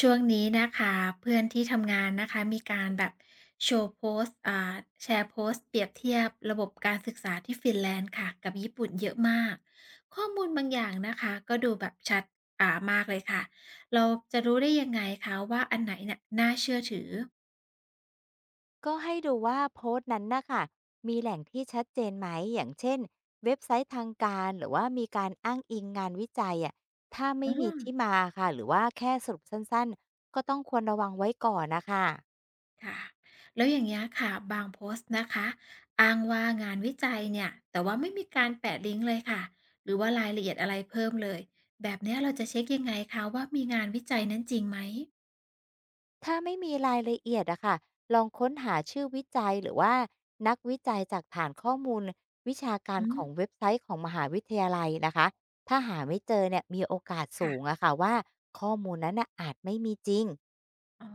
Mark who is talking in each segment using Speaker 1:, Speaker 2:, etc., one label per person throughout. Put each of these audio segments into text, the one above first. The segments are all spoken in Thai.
Speaker 1: ช่วงนี้นะคะเพื่อนที่ทำงานนะคะมีการแบบโชว์โพสต์แชร์โพสต์เปรียบเทียบระบบการศึกษาที่ฟินแลนด์ค่ะกับญี่ปุ่นเยอะมากข้อมูลบางอย่างนะคะก็ดูแบบชัดมากเลยค่ะเราจะรู้ได้ยังไงคะว่าอันไหนเนี่ยน่าเชื่อถือ
Speaker 2: ก็ให้ดูว่าโพสต์นั้นนะค่ะมีแหล่งที่ชัดเจนไหมอย่างเช่นเว็บไซต์ทางการหรือว่ามีการอ้างอิงงานวิจัยอะถ้าไม่
Speaker 1: อื
Speaker 2: มี
Speaker 1: ม
Speaker 2: ที่มาค่ะหรือว่าแค่สรุปสั้นๆก็ต้องควรระวังไว้ก่อนนะคะ
Speaker 1: ค่ะแล้วอย่างนี้ยค่ะบางโพสต์นะคะอ้างว่างานวิจัยเนี่ยแต่ว่าไม่มีการแปะลิงก์เลยค่ะหรือว่ารายละเอียดอะไรเพิ่มเลยแบบเนี้ยเราจะเช็คยังไงคะว่ามีงานวิจัยนั้นจริงไหม
Speaker 2: ถ้าไม่มีรายละเอียดอะค่ะลองค้นหาชื่อวิจัยหรือว่านักวิจัยจากฐานข้อมูลวิชาการ
Speaker 1: อื
Speaker 2: ขอ
Speaker 1: ม
Speaker 2: งเว็บไซต์ของมหาวิทยาลัยนะคะถ้าหาไม่เจอเนี่ยมีโอกาสสูง
Speaker 1: ค่ะ
Speaker 2: อะค่ะว่าข้อมูลนั้นน่ะอาจไม่มีจริง
Speaker 1: อ๋อ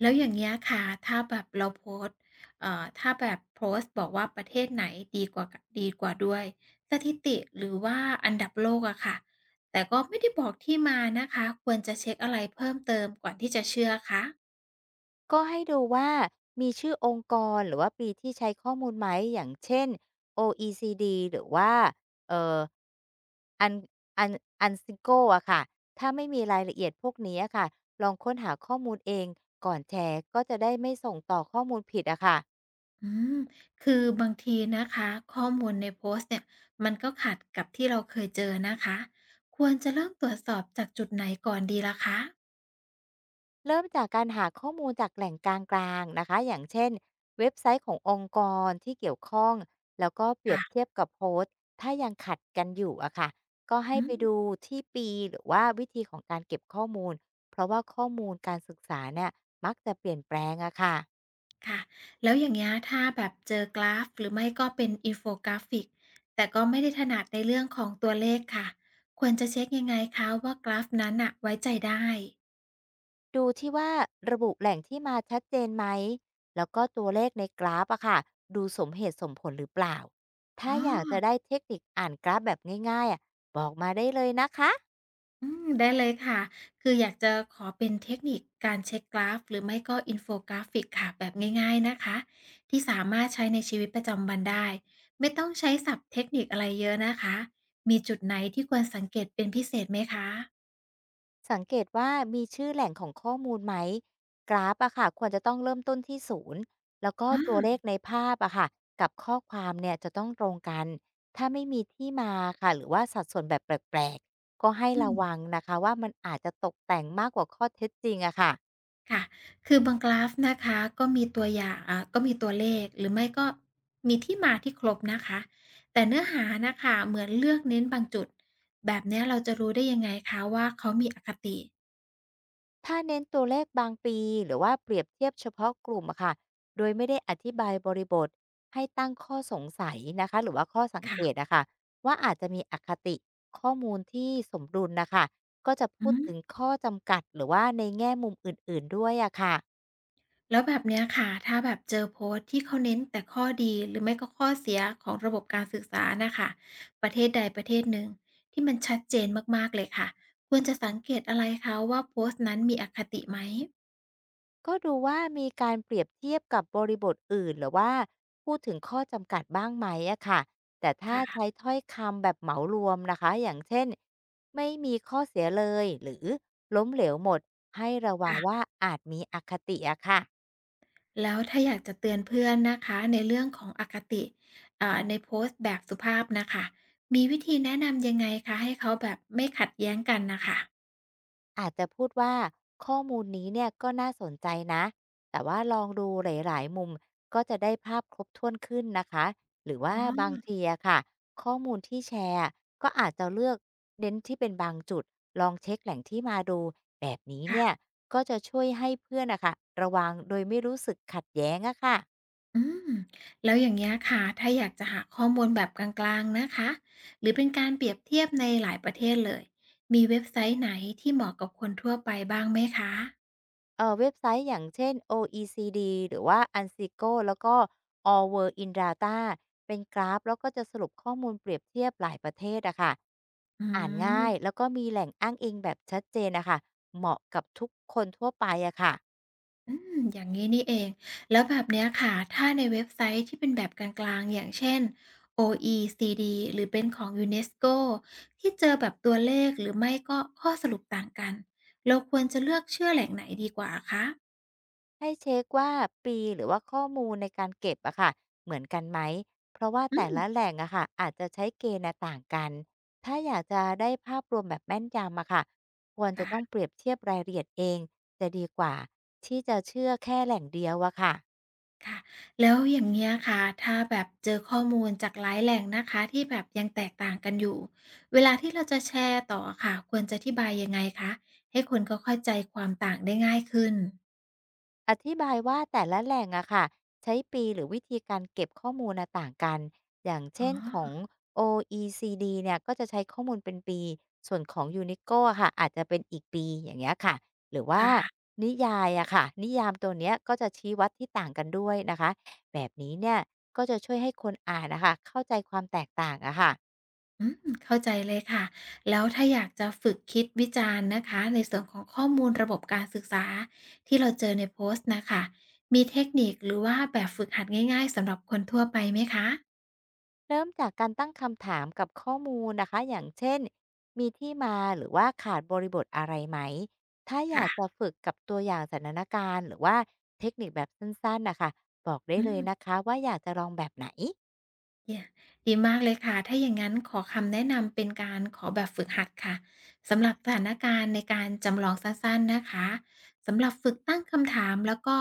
Speaker 1: แล้วอย่างเงี้ยค่ะถ้าแบบเราโพสต์ถ้าแบบโพสต์บอกว่าประเทศไหนดีกว่าดีกว่าด้วยสถิติหรือว่าอันดับโลกอะค่ะแต่ก็ไม่ได้บอกที่มานะคะควรจะเช็คอะไรเพิ่มเติมก่อนที่จะเชื่อคะ
Speaker 2: ก็ให้ดูว่ามีชื่อองค์กรหรือว่าปีที่ใช้ข้อมูลไหมอย่างเช่น OECD หรือว่าเอ่ออันอัน UNSIGO อะค่ะ ถ้าไม่มีรายละเอียดพวกนี้อะค่ะ ลองค้นหาข้อมูลเองก่อนแชร์ก็จะได้ไม่ส่งต่อข้อมูลผิดอะค่ะ
Speaker 1: อืมคือบางทีนะคะข้อมูลในโพสต์เนี่ยมันก็ขัดกับที่เราเคยเจอนะคะควรจะเริ่มตรวจสอบจากจุดไหนก่อนดีล่ะคะ
Speaker 2: เริ่มจากการหาข้อมูลจากแหล่งกลางๆนะคะอย่างเช่นเว็บไซต์ขององค์กรที่เกี่ยวข้องแล้วก็เปรียบ
Speaker 1: ค่ะ
Speaker 2: เทียบกับโพสต์ถ้ายังขัดกันอยู่อะค่ะก็ให้
Speaker 1: อื
Speaker 2: ไป
Speaker 1: ม
Speaker 2: ดูที่ปีหรือว่าวิธีของการเก็บข้อมูลเพราะว่าข้อมูลการศึกษาเนี่ยมักจะเปลี่ยนแปลงอะค่ะ
Speaker 1: ค่ะแล้วอย่างเงี้ยถ้าแบบเจอกราฟหรือไม่ก็เป็นอินโฟกราฟิกแต่ก็ไม่ได้ถนัดในเรื่องของตัวเลขค่ะควรจะเช็คยังไงคะว่ากราฟนั้นอ่ะไว้ใจได้
Speaker 2: ดูที่ว่าระบุแหล่งที่มาชัดเจนไหมแล้วก็ตัวเลขในกราฟอะค่ะดูสมเหตุสมผลหรือเปล่าถ้า
Speaker 1: อ๋
Speaker 2: อยากจะ
Speaker 1: อ
Speaker 2: ได้เทคนิคอ่านกราฟแบบง่ายๆอะบอกมาได้เลยนะคะ
Speaker 1: อืมได้เลยค่ะ คืออยากจะขอเป็นเทคนิคการเช็กกราฟหรือไม่ก็อินโฟกราฟิกค่ะแบบง่ายๆนะคะที่สามารถใช้ในชีวิตประจำวันได้ไม่ต้องใช้ศัพท์เทคนิคอะไรเยอะนะคะมีจุดไหนที่ควรสังเกตเป็นพิเศษไหมคะ
Speaker 2: สังเกตว่ามีชื่อแหล่งของข้อมูลไหมกราฟอะค่ะควรจะต้องเริ่มต้นที่ศูนย์แล้วก็
Speaker 1: อา
Speaker 2: ตัวเลขในภาพอะค่ะกับข้อความเนี่ยจะต้องตรงกันถ้าไม่มีที่มาค่ะหรือว่าสัดส่วนแบบแปลกๆก็ให้
Speaker 1: อืม
Speaker 2: ระวังนะคะว่ามันอาจจะตกแต่งมากกว่าข้อเท็จจริงอะค่ะ
Speaker 1: ค่ะคือบางกราฟนะคะก็มีตัวอย่างก็มีตัวเลขหรือไม่ก็มีที่มาที่ครบนะคะแต่เนื้อหานะคะเหมือนเลือกเน้นบางจุดแบบเนี้ยเราจะรู้ได้ยังไงคะว่าเขามีอคติ
Speaker 2: ถ้าเน้นตัวเลขบางปีหรือว่าเปรียบเทียบเฉพาะกลุ่มอะค่ะโดยไม่ได้อธิบายบริบทให้ตั้งข้อสงสัยนะคะหรือว่าข้อสังเกต
Speaker 1: ค่ะ
Speaker 2: อะค่ะว่าอาจจะมีอคติข้อมูลที่สมดุลนะคะก็จะ
Speaker 1: อื
Speaker 2: พูดถึง
Speaker 1: ม
Speaker 2: ข้อจำกัดหรือว่าในแง่มุมอื่นๆด้วยอะค่ะ
Speaker 1: แล้วแบบเนี้ยค่ะถ้าแบบเจอโพสต์ที่เขาเน้นแต่ข้อดีหรือไม่ก็ข้อเสียของระบบการศึกษานะคะประเทศใดประเทศหนึ่งที่มันชัดเจนมากๆเลยค่ะควรจะสังเกตอะไรคะว่าโพสต์นั้นมีอคติไหม
Speaker 2: ก็ดูว่ามีการเปรียบเทียบกับบริบทอื่นหรือว่าพูดถึงข้อจำกัดบ้างไหมอะค่ะแต่ถ้าใช้
Speaker 1: ค่ะ
Speaker 2: ถ้อยคำแบบเหมารวมนะคะอย่างเช่นไม่มีข้อเสียเลยหรือล้มเหลวหมดให้ระวังว่า
Speaker 1: ค่ะ
Speaker 2: อาจมีอคติอะค่ะ
Speaker 1: แล้วถ้าอยากจะเตือนเพื่อนนะคะในเรื่องของอคติเอ่าในโพสต์แบบสุภาพนะคะมีวิธีแนะนำยังไงคะให้เขาแบบไม่ขัดแย้งกันนะคะ
Speaker 2: อาจจะพูดว่าข้อมูลนี้เนี่ยก็น่าสนใจนะแต่ว่าลองดูหลายๆมุมก็จะได้ภาพครบถ้วนขึ้นนะคะหรือ
Speaker 1: อ๋
Speaker 2: ว่าบาง
Speaker 1: อ
Speaker 2: ทีอะค่ะข้อมูลที่แชร์อะก็อาจจะเลือกเน้นที่เป็นบางจุดลองเช็คแหล่งที่มาดูแบบนี้
Speaker 1: ค่ะ
Speaker 2: เนี่ยก็จะช่วยให้เพื่อนนะคะระวังโดยไม่รู้สึกขัดแย้งอะค่ะ
Speaker 1: อืมแล้วอย่างเงี้ยค่ะถ้าอยากจะหาข้อมูลแบบกลางๆนะคะหรือเป็นการเปรียบเทียบในหลายประเทศเลยมีเว็บไซต์ไหนที่เหมาะกับคนทั่วไปบ้างไหมคะ
Speaker 2: เว็บไซต์อย่างเช่น OECD หรือว่า UNSIGO แล้วก็ All World in Data เป็นกราฟแล้วก็จะสรุปข้อมูลเปรียบเทียบหลายประเทศอะค่ะ
Speaker 1: อื
Speaker 2: อ่านง่าย
Speaker 1: ม
Speaker 2: แล้วก็มีแหล่งอ้างอิงแบบชัดเจนอะค่ะเหมาะกับทุกคนทั่วไปอะค่ะ
Speaker 1: อืมอย่างนี้นี่เองแล้วแบบเนี้ยค่ะถ้าในเว็บไซต์ที่เป็นแบบกลางๆอย่างเช่น OECD หรือเป็นของยูเนสโกที่เจอแบบตัวเลขหรือไม่ก็ข้อสรุปต่างกันเราควรจะเลือกเชื่อแหล่งไหนดีกว่าคะ
Speaker 2: ให้เช็กว่าปีหรือว่าข้อมูลในการเก็บอะค่ะเหมือนกันไหมเพราะว่า
Speaker 1: อื
Speaker 2: แต่
Speaker 1: ม
Speaker 2: ละแหล่งอะค่ะอาจจะใช้เกณฑ์น่ะต่างกันถ้าอยากจะได้ภาพรวมแบบแม่นยำอะค่ะควรจะต้อง
Speaker 1: ค่ะ
Speaker 2: เปรียบเทียบรายละเอียดเองจะดีกว่าที่จะเชื่อแค่แหล่งเดียวอะค่ะ
Speaker 1: ค่ะแล้วอย่างเงี้ยค่ะถ้าแบบเจอข้อมูลจากหลายแหล่งนะคะที่แบบยังแตกต่างกันอยู่เวลาที่เราจะแชร์ต่ออะค่ะควรจะอธิบายยังไงคะให้คนเขาเข้าใจความต่างได้ง่ายขึ้น
Speaker 2: อธิบายว่าแต่ละแหล่งอะค่ะใช้ปีหรือวิธีการเก็บข้อมูลน่ะต่างกันอย่าง
Speaker 1: อ๋
Speaker 2: เช่นขอ
Speaker 1: อ
Speaker 2: ง OECD เนี่ยก็จะใช้ข้อมูลเป็นปีส่วนของ UNESCO อะค่ะอาจจะเป็นอีกปีอย่างเงี้ยค่ะหรือ
Speaker 1: ค
Speaker 2: ว่า
Speaker 1: ่ะ
Speaker 2: นิยายอะค่ะนิยามตัวเนี้ยก็จะชี้วัดที่ต่างกันด้วยนะคะแบบนี้เนี่ยก็จะช่วยให้คนอ่านนะคะเข้าใจความแตกต่างอะค่ะ
Speaker 1: อืมเข้าใจเลยค่ะแล้วถ้าอยากจะฝึกคิดวิจารณ์นะคะในส่วนของข้อมูลระบบการศึกษาที่เราเจอในโพสต์น่ะค่ะมีเทคนิคหรือว่าแบบฝึกหัดง่ายๆสำหรับคนทั่วไปไหมคะ
Speaker 2: เริ่มจากการตั้งคำถามกับข้อมูลนะคะอย่างเช่นมีที่มาหรือว่าขาดบริบทอะไรไหมถ้าอยากจะ
Speaker 1: ค่ะ
Speaker 2: ฝึกกับตัวอย่างสถานการณ์หรือว่าเทคนิคแบบสั้นๆนะคะบอกได้
Speaker 1: อื
Speaker 2: เลย
Speaker 1: ม
Speaker 2: นะคะว่าอยากจะลองแบบไหน
Speaker 1: เนี่ยดีมากเลยค่ะ ถ้าอย่างงั้นขอคำแนะนำเป็นการขอแบบฝึกหัดค่ะสำหรับสถานการณ์ในการจำลองสั้นๆนะคะสำหรับฝึกตั้งคำถามแล้วก็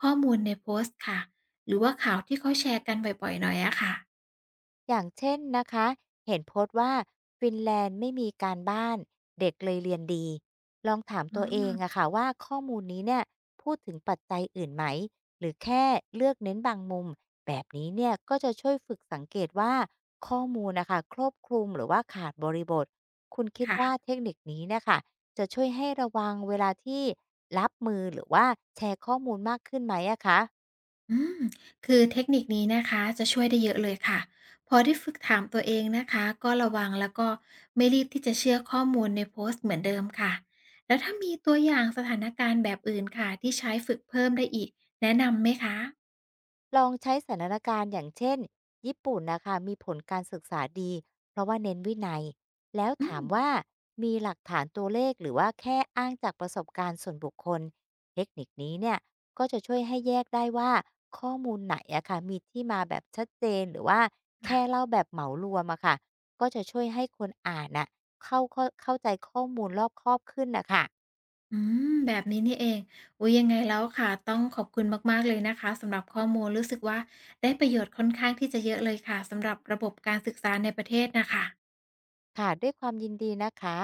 Speaker 1: ข้อมูลในโพสต์ค่ะหรือว่าข่าวที่เขาแชร์กันบ่อยๆหน่อยอะค่ะ
Speaker 2: อย่างเช่นนะคะเห็นโพสต์ว่าฟินแลนด์ไม่มีการบ้านเด็กเลยเรียนดีลองถามตัวเองอะ
Speaker 1: ออ
Speaker 2: ค่ะว่าข้อมูลนี้เนี่ยพูดถึงปัจจัยอื่นไหมหรือแค่เลือกเน้นบางมุมแบบนี้เนี่ยก็จะช่วยฝึกสังเกตว่าข้อมูลนะคะครอบคลุมหรือว่าขาดบริบทคุณคิดว่า
Speaker 1: ค่ะ
Speaker 2: เทคนิคนี้นะคะจะช่วยให้ระวังเวลาที่รับมือหรือว่าแชร์ข้อมูลมากขึ้นไหมอะคะ
Speaker 1: อืมคือเทคนิคนี้นะคะจะช่วยได้เยอะเลยค่ะพอได้ฝึกถามตัวเองนะคะก็ระวังแล้วก็ไม่รีบที่จะเชื่อข้อมูลในโพสต์เหมือนเดิมค่ะแล้วถ้ามีตัวอย่างสถานการณ์แบบอื่นค่ะที่ใช้ฝึกเพิ่มได้อีกแนะนำไหมคะ
Speaker 2: ลองใช้สถานการณ์อย่างเช่นญี่ปุ่นนะคะมีผลการศึกษาดีเพราะว่าเน้นวินัยแล้ว
Speaker 1: อื
Speaker 2: ถาม
Speaker 1: ม
Speaker 2: ว่ามีหลักฐานตัวเลขหรือว่าแค่อ้างจากประสบการณ์ส่วนบุคคลเทคนิคนี้เนี่ยก็จะช่วยให้แยกได้ว่าข้อมูลไหนอะค่ะมีที่มาแบบชัดเจนหรือว่าแค่เล่า
Speaker 1: ค่ะ
Speaker 2: แบบเหมารวมอะค่ะก็จะช่วยให้คนอ่านน่ะเข้าใจข้อมูลรอบครอบขึ้นนะคะ
Speaker 1: อืมแบบนี้นี่เองอุยยังไงแล้วค่ะต้องขอบคุณมากๆเลยนะคะสำหรับข้อมูลรู้สึกว่าได้ประโยชน์ค่อนข้างที่จะเยอะเลยค่ะสำหรับระบบการศึกษาในประเทศนะคะ
Speaker 2: ค่ะด้วยความยินดีนะคะ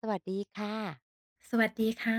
Speaker 2: สวัสดีค่ะ
Speaker 1: สวัสดีค่ะ